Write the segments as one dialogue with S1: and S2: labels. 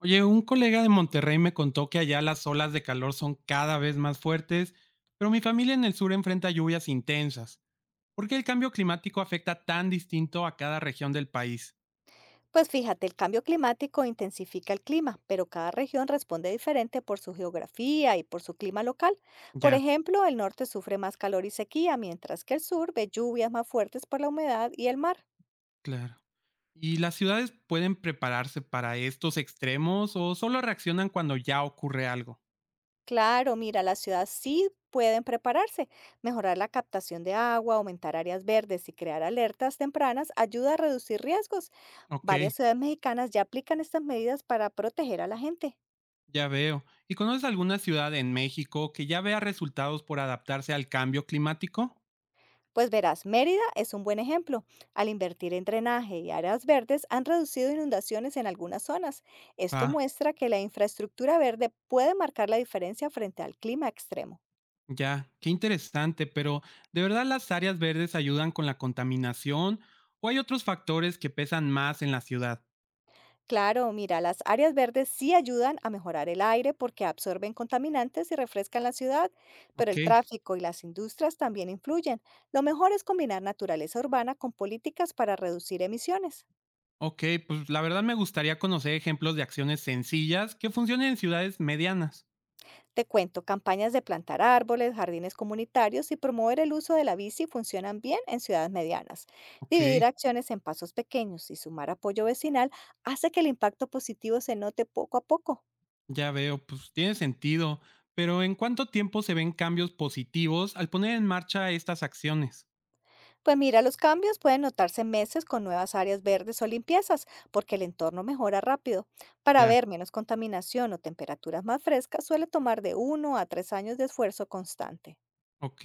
S1: Oye, un colega de Monterrey me contó que allá las olas de calor son cada vez más fuertes, pero mi familia en el sur enfrenta lluvias intensas. ¿Por qué el cambio climático afecta tan distinto a cada región del país?
S2: Pues fíjate, el cambio climático intensifica el clima, pero cada región responde diferente por su geografía y por su clima local. Por
S1: Ya,
S2: ejemplo, el norte sufre más calor y sequía, mientras que el sur ve lluvias más fuertes por la humedad y el mar.
S1: claro. ¿Y las ciudades pueden prepararse para estos extremos o solo reaccionan cuando ya ocurre algo?
S2: Claro, mira, las ciudades sí pueden prepararse. Mejorar la captación de agua, aumentar áreas verdes y crear alertas tempranas ayuda a reducir riesgos.
S1: Ok,
S2: Varias ciudades mexicanas ya aplican estas medidas para proteger a la gente.
S1: ya veo. ¿Y conoces alguna ciudad en México que ya vea resultados por adaptarse al cambio climático?
S2: Pues verás, Mérida es un buen ejemplo. Al invertir en drenaje y áreas verdes han reducido inundaciones en algunas zonas. Esto
S1: Ah.
S2: muestra que la infraestructura verde puede marcar la diferencia frente al clima extremo.
S1: Ya, qué interesante, pero ¿de verdad las áreas verdes ayudan con la contaminación o hay otros factores que pesan más en la ciudad?
S2: Claro, mira, las áreas verdes sí ayudan a mejorar el aire porque absorben contaminantes y refrescan la ciudad, pero
S1: Ok,
S2: el tráfico y las industrias también influyen. Lo mejor es combinar naturaleza urbana con políticas para reducir emisiones.
S1: ok, pues la verdad me gustaría conocer ejemplos de acciones sencillas que funcionen en ciudades medianas.
S2: Te cuento, campañas de plantar árboles, jardines comunitarios y promover el uso de la bici funcionan bien en ciudades medianas.
S1: Ok,
S2: Dividir acciones en pasos pequeños y sumar apoyo vecinal hace que el impacto positivo se note poco a poco.
S1: ya veo, pues tiene sentido, pero ¿en cuánto tiempo se ven cambios positivos al poner en marcha estas acciones?
S2: Pues mira, los cambios pueden notarse en meses con nuevas áreas verdes o limpiezas, porque el entorno mejora rápido. Para
S1: Ya,
S2: ver menos contaminación o temperaturas más frescas suele tomar de 1 a 3 años de esfuerzo constante.
S1: ok.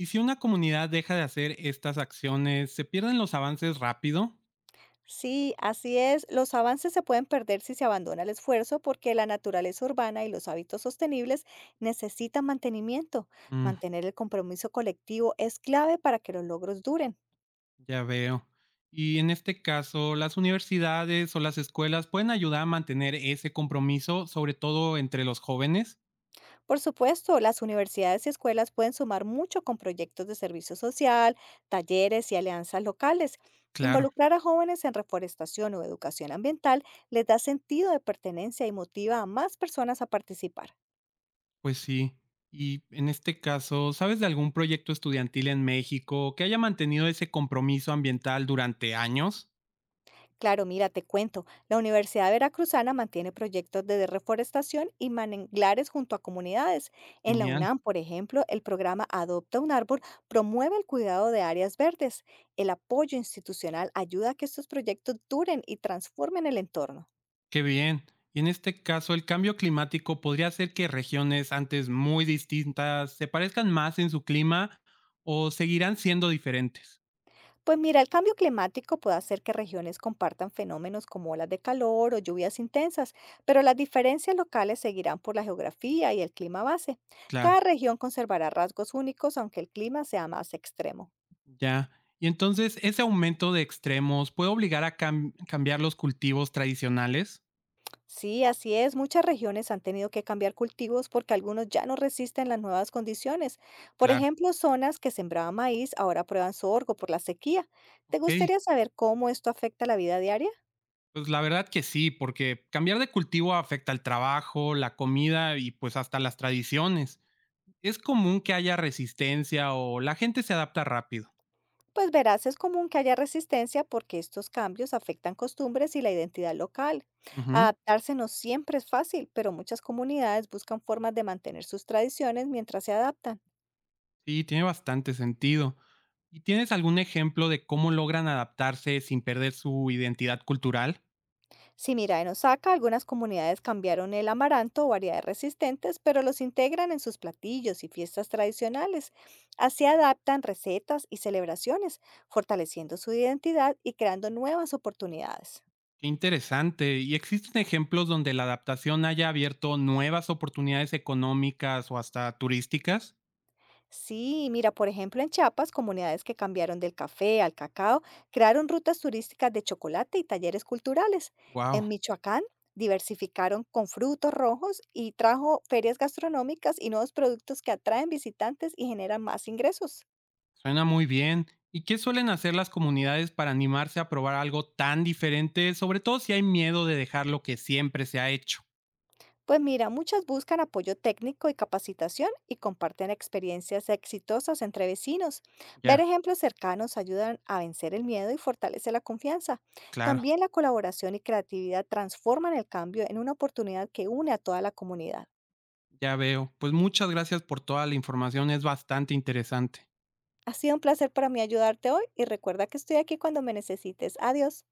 S1: ¿Y si una comunidad deja de hacer estas acciones, se pierden los avances rápido?
S2: Sí, así es. Los avances se pueden perder si se abandona el esfuerzo porque la naturaleza urbana y los hábitos sostenibles necesitan mantenimiento.
S1: Mm.
S2: Mantener el compromiso colectivo es clave para que los logros duren.
S1: Ya veo. Y en este caso, las universidades o las escuelas pueden ayudar a mantener ese compromiso, sobre todo entre los jóvenes.
S2: Por supuesto, las universidades y escuelas pueden sumar mucho con proyectos de servicio social, talleres y alianzas locales.
S1: Claro.
S2: Involucrar a jóvenes en reforestación o educación ambiental les da sentido de pertenencia y motiva a más personas a participar.
S1: Pues sí. Y en este caso, ¿sabes de algún proyecto estudiantil en México que haya mantenido ese compromiso ambiental durante años?
S2: Claro, mira, te cuento. La Universidad Veracruzana mantiene proyectos de reforestación y manglares junto a comunidades. En la
S1: Genial,
S2: UNAM, por ejemplo, el programa Adopta un árbol promueve el cuidado de áreas verdes. El apoyo institucional ayuda a que estos proyectos duren y transformen el entorno.
S1: qué bien. Y en este caso, el cambio climático podría hacer que regiones antes muy distintas se parezcan más en su clima o seguirán siendo diferentes.
S2: Pues mira, el cambio climático puede hacer que regiones compartan fenómenos como olas de calor o lluvias intensas, pero las diferencias locales seguirán por la geografía y el clima base. Cada
S1: Claro.
S2: región conservará rasgos únicos aunque el clima sea más extremo.
S1: Ya. Y entonces, ¿ese aumento de extremos puede obligar a cambiar los cultivos tradicionales?
S2: Sí, así es, muchas regiones han tenido que cambiar cultivos porque algunos ya no resisten las nuevas condiciones. Por
S1: Claro.
S2: ejemplo, zonas que sembraban maíz ahora prueban sorgo por la sequía. ¿Te
S1: Ok,
S2: gustaría saber cómo esto afecta la vida diaria?
S1: pues la verdad que sí, porque cambiar de cultivo afecta al trabajo, la comida y pues hasta las tradiciones. Es común que haya resistencia o la gente se adapta rápido.
S2: Pues verás, es común que haya resistencia porque estos cambios afectan costumbres y la identidad local.
S1: Ujú,
S2: Adaptarse no siempre es fácil, pero muchas comunidades buscan formas de mantener sus tradiciones mientras se adaptan.
S1: sí, tiene bastante sentido. ¿Y tienes algún ejemplo de cómo logran adaptarse sin perder su identidad cultural?
S2: Si mira, en Osaka, algunas comunidades cambiaron el amaranto o variedades resistentes, pero los integran en sus platillos y fiestas tradicionales. Así adaptan recetas y celebraciones, fortaleciendo su identidad y creando nuevas oportunidades.
S1: Qué interesante. ¿Y existen ejemplos donde la adaptación haya abierto nuevas oportunidades económicas o hasta turísticas?
S2: Sí, mira, por ejemplo, en Chiapas, comunidades que cambiaron del café al cacao crearon rutas turísticas de chocolate y talleres culturales. En
S1: Wow,
S2: Michoacán, diversificaron con frutos rojos y trajo ferias gastronómicas y nuevos productos que atraen visitantes y generan más ingresos.
S1: suena muy bien. ¿Y qué suelen hacer las comunidades para animarse a probar algo tan diferente, sobre todo si hay miedo de dejar lo que siempre se ha hecho?
S2: Pues mira, muchas buscan apoyo técnico y capacitación y comparten experiencias exitosas entre vecinos. Ver
S1: Ya,
S2: ejemplos cercanos ayudan a vencer el miedo y fortalece la confianza.
S1: claro,
S2: También la colaboración y creatividad transforman el cambio en una oportunidad que une a toda la comunidad.
S1: ya veo. Pues muchas gracias por toda la información, es bastante interesante.
S2: Ha sido un placer para mí ayudarte hoy y recuerda que estoy aquí cuando me necesites. Adiós.